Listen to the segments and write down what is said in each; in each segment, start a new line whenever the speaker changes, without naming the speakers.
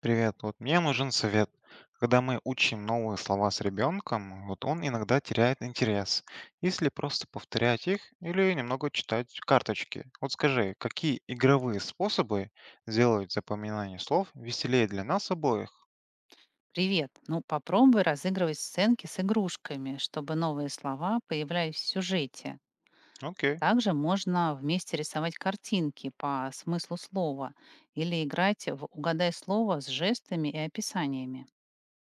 Привет, вот мне нужен совет. Когда мы учим новые слова с ребенком, вот он иногда теряет интерес, если просто повторять их или немного читать карточки. Вот скажи, какие игровые способы сделают запоминание слов веселее для нас обоих?
Привет. Ну, попробуй разыгрывать сценки с игрушками, чтобы новые слова появлялись в сюжете.
Окей.
Также можно вместе рисовать картинки по смыслу слова или играть в «Угадай слово» с жестами и описаниями.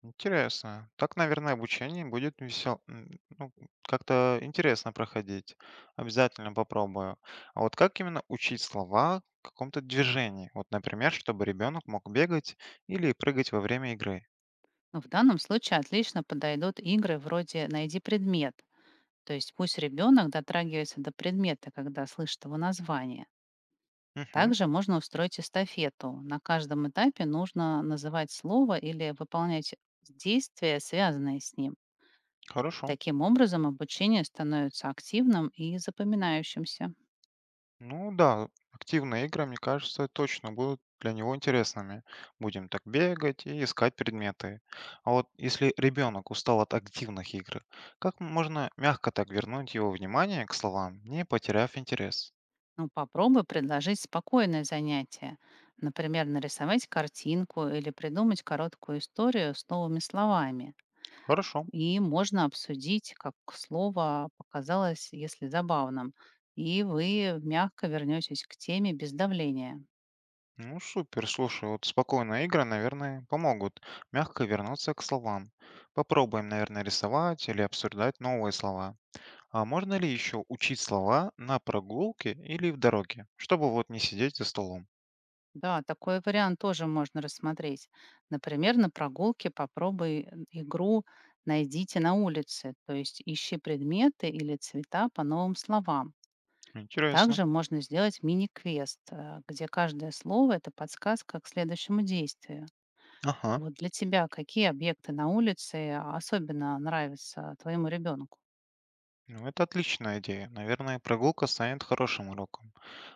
Интересно. Так, наверное, обучение будет ну, как-то интересно проходить. Обязательно попробую. А вот как именно учить слова в каком-то движении? Вот, например, чтобы ребенок мог бегать или прыгать во время игры.
Ну, в данном случае отлично подойдут игры вроде «Найди предмет», то есть пусть ребенок дотрагивается до предмета, когда слышит его название.
Угу,
Также можно устроить эстафету. На каждом этапе нужно называть слово или выполнять действия, связанные с ним.
хорошо.
Таким образом, обучение становится активным и запоминающимся.
Ну да, активные игры, мне кажется, точно будут для него интересными. Будем так бегать и искать предметы. А вот если ребенок устал от активных игр, как можно мягко так вернуть его внимание к словам, не потеряв интерес?
Ну, попробуй предложить спокойное занятие. Например, нарисовать картинку или придумать короткую историю с новыми словами.
Хорошо.
И можно обсудить, как слово показалось, если забавным. И вы мягко вернетесь к теме без давления.
Ну супер, слушай, вот спокойные игры, наверное, помогут мягко вернуться к словам. Попробуем, наверное, рисовать или обсуждать новые слова. А можно ли еще учить слова на прогулке или в дороге, чтобы вот не сидеть за столом?
Да, такой вариант тоже можно рассмотреть. Например, на прогулке попробуй игру «Найдите на улице», то есть ищи предметы или цвета по новым словам.
Интересно.
Также можно сделать мини-квест, где каждое слово– это подсказка к следующему действию.
Ага.
Вот для тебя какие объекты на улице особенно нравятся твоему ребенку?
Ну, это отличная идея. Наверное, прогулка станет хорошим уроком.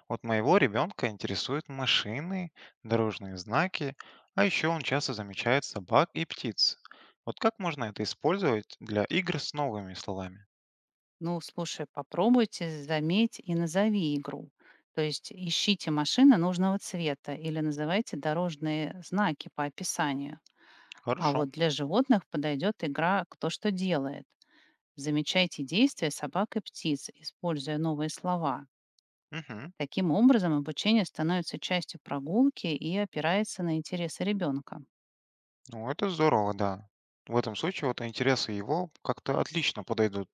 Вот моего ребенка интересуют машины, дорожные знаки, а еще он часто замечает собак и птиц. Вот как можно это использовать для игр с новыми словами?
Ну, слушай, попробуйте заметь и назови игру. То есть ищите машины нужного цвета или называйте дорожные знаки по описанию. А
Хорошо.
вот для животных подойдет игра «Кто что делает». Замечайте действия собак и птиц, используя новые слова.
Мгм.
Таким образом, обучение становится частью прогулки и опирается на интересы ребенка.
Ну, это здорово, да. В этом случае вот интересы его как-то отлично подойдут.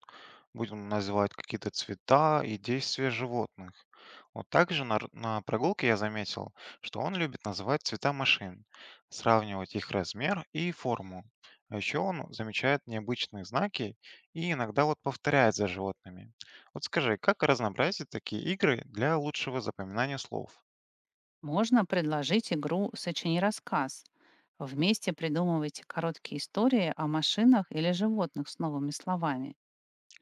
Будем называть какие-то цвета и действия животных. Вот также на прогулке я заметил, что он любит называть цвета машин, сравнивать их размер и форму. А еще он замечает необычные знаки и иногда вот повторяет за животными. Вот скажи, как разнообразить такие игры для лучшего запоминания слов?
Можно предложить игру «Сочини рассказ». Вместе придумывайте короткие истории о машинах или животных с новыми словами.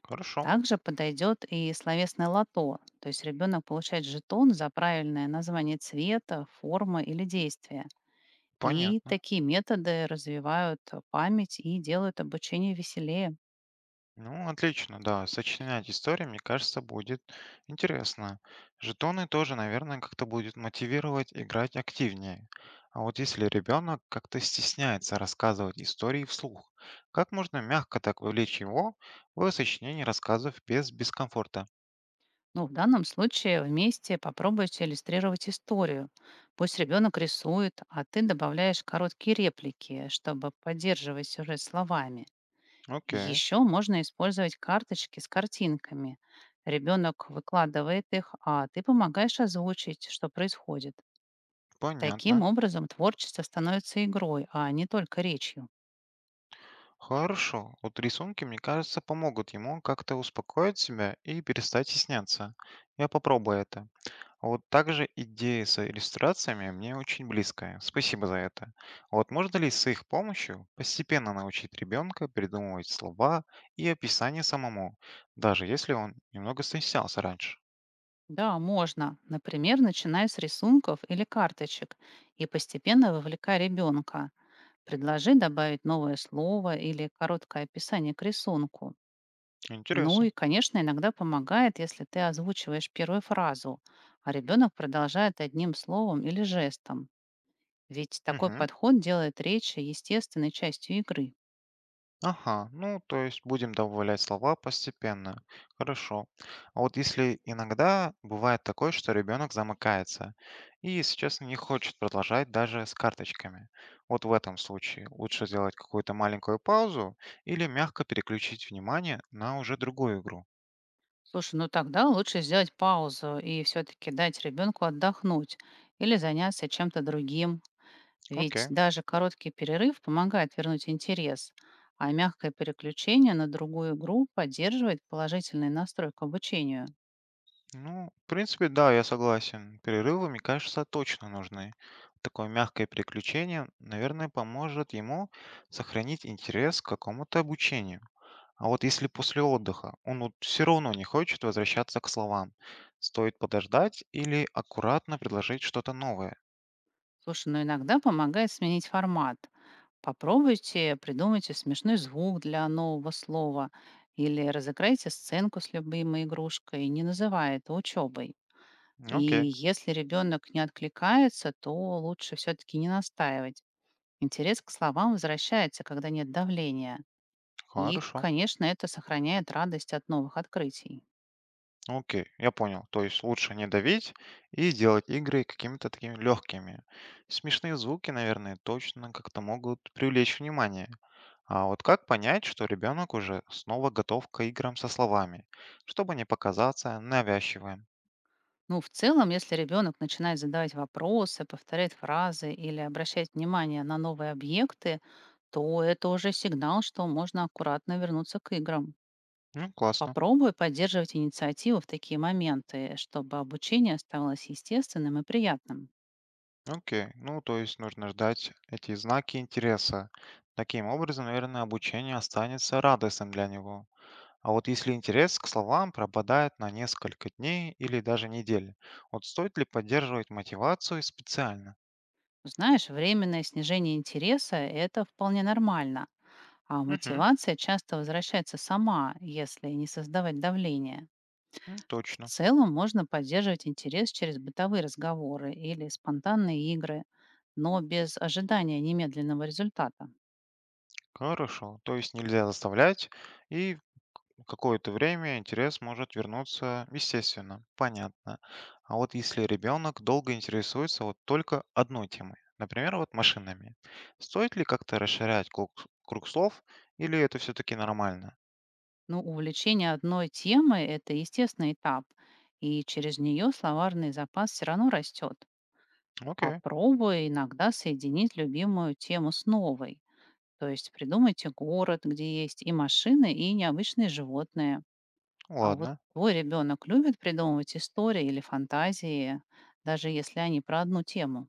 Хорошо,
Также подойдет и словесное лото, то есть ребенок получает жетон за правильное название цвета, формы или действия. И
понятно.
такие методы развивают память и делают обучение веселее.
Ну, отлично, да. Сочинять истории, мне кажется, будет интересно. Жетоны тоже, наверное, как-то будет мотивировать играть активнее. А вот если ребенок как-то стесняется рассказывать истории вслух, как можно мягко так вовлечь его в сочинение рассказов без дискомфорта?
Ну, в данном случае вместе попробуйте иллюстрировать историю. Пусть ребенок рисует, а ты добавляешь короткие реплики, чтобы поддерживать сюжет словами.
Окей,
Еще можно использовать карточки с картинками. Ребенок выкладывает их, а ты помогаешь озвучить, что происходит. Таким
понятно.
образом, творчество становится игрой, а не только речью.
Хорошо. Вот рисунки, мне кажется, помогут ему как-то успокоить себя и перестать стесняться. Я попробую это. А вот также идея с иллюстрациями мне очень близкая. Спасибо за это. А вот можно ли с их помощью постепенно научить ребенка придумывать слова и описание самому, даже если он немного стеснялся раньше?
Да, можно. Например, начиная с рисунков или карточек и постепенно вовлекая ребенка. Предложи добавить новое слово или короткое описание к рисунку. Ну
Интересно.
и, конечно, иногда помогает, если ты озвучиваешь первую фразу, а ребенок продолжает одним словом или жестом. Ведь такой
Мгм.
подход делает речь естественной частью игры.
Ага, ну, то есть будем добавлять слова постепенно. Хорошо. А вот если иногда бывает такое, что ребенок замыкается и, если честно, не хочет продолжать даже с карточками. Вот в этом случае лучше сделать какую-то маленькую паузу или мягко переключить внимание на уже другую игру.
Слушай, ну тогда лучше сделать паузу и все-таки дать ребенку отдохнуть или заняться чем-то другим. Ведь
Окей.
даже короткий перерыв помогает вернуть интерес, а мягкое переключение на другую игру поддерживает положительный настрой к обучению.
Ну, в принципе, да, я согласен. Перерывами, кажется, точно нужны. Такое мягкое приключение, наверное, поможет ему сохранить интерес к какому-то обучению. А вот если после отдыха он вот все равно не хочет возвращаться к словам, стоит подождать или аккуратно предложить что-то новое.
Слушай, но иногда помогает сменить формат. Попробуйте, придумайте смешной звук для нового слова или разыграйте сценку с любимой игрушкой, не называя это учебой. И
Окей,
если ребенок не откликается, то лучше все-таки не настаивать. Интерес к словам возвращается, когда нет давления. И,
хорошо.
конечно, это сохраняет радость от новых открытий.
Окей, я понял. То есть лучше не давить и делать игры какими-то такими легкими. Смешные звуки, наверное, точно как-то могут привлечь внимание. А вот как понять, что ребенок уже снова готов к играм со словами, чтобы не показаться навязчивым?
Ну, в целом, если ребенок начинает задавать вопросы, повторять фразы или обращать внимание на новые объекты, то это уже сигнал, что можно аккуратно вернуться к играм.
Ну, классно.
Попробуй поддерживать инициативу в такие моменты, чтобы обучение оставалось естественным и приятным.
Окей. Ну, то есть нужно ждать эти знаки интереса. Таким образом, наверное, обучение останется радостным для него. А вот если интерес к словам пропадает на несколько дней или даже недель, вот стоит ли поддерживать мотивацию специально?
Знаешь, временное снижение интереса– это вполне нормально, а
Угу,
мотивация часто возвращается сама, если не создавать давления. В
точно.
целом можно поддерживать интерес через бытовые разговоры или спонтанные игры, но без ожидания немедленного результата.
Хорошо. То есть нельзя заставлять и какое-то время интерес может вернуться, естественно, понятно. А вот если ребенок долго интересуется вот только одной темой, например, вот машинами, стоит ли как-то расширять круг слов или это все-таки нормально?
Но увлечение одной темой– это естественный этап, и через нее словарный запас все равно растет.
Окей,
Попробуй иногда соединить любимую тему с новой. То есть придумайте город, где есть и машины, и необычные животные. А вот
ладно.
твой ребенок любит придумывать истории или фантазии, даже если они про одну тему.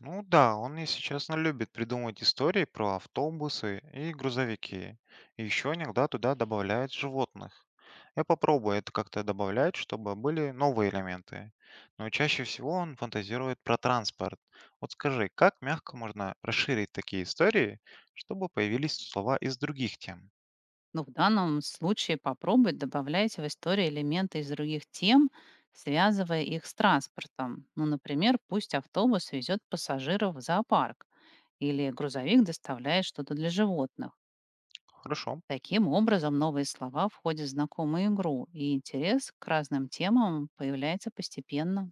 Ну да, он, если честно, любит придумывать истории про автобусы и грузовики. И еще иногда туда добавляет животных. Я попробую это как-то добавлять, чтобы были новые элементы. Но чаще всего он фантазирует про транспорт. Вот скажи, как мягко можно расширить такие истории, чтобы появились слова из других тем?
Но в данном случае попробуй добавлять в истории элементы из других тем, связывая их с транспортом. Ну, например, пусть автобус везет пассажиров в зоопарк или грузовик доставляет что-то для животных.
Хорошо.
Таким образом, новые слова входят в знакомую игру, и интерес к разным темам появляется постепенно.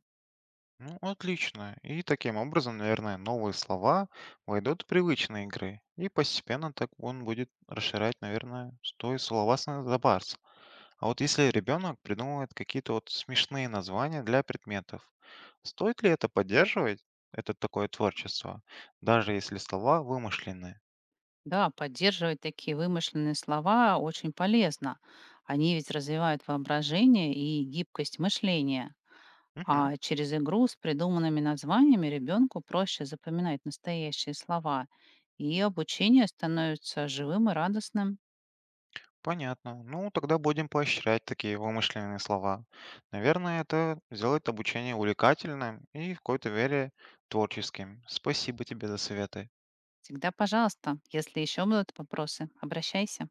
Ну, отлично. И таким образом, наверное, новые слова войдут в привычные игры. И постепенно так он будет расширять, наверное, свой словарный запас. А вот если ребенок придумывает какие-то вот смешные названия для предметов, стоит ли это поддерживать, это такое творчество, даже если слова вымышленные?
Да, поддерживать такие вымышленные слова очень полезно. Они ведь развивают воображение и гибкость мышления.
Мгм.
А через игру с придуманными названиями ребенку проще запоминать настоящие слова, и обучение становится живым и радостным.
Понятно. Ну, тогда будем поощрять такие вымышленные слова. Наверное, это сделает обучение увлекательным и в какой-то вере творческим. Спасибо тебе за советы.
Всегда пожалуйста. Если еще будут вопросы, обращайся.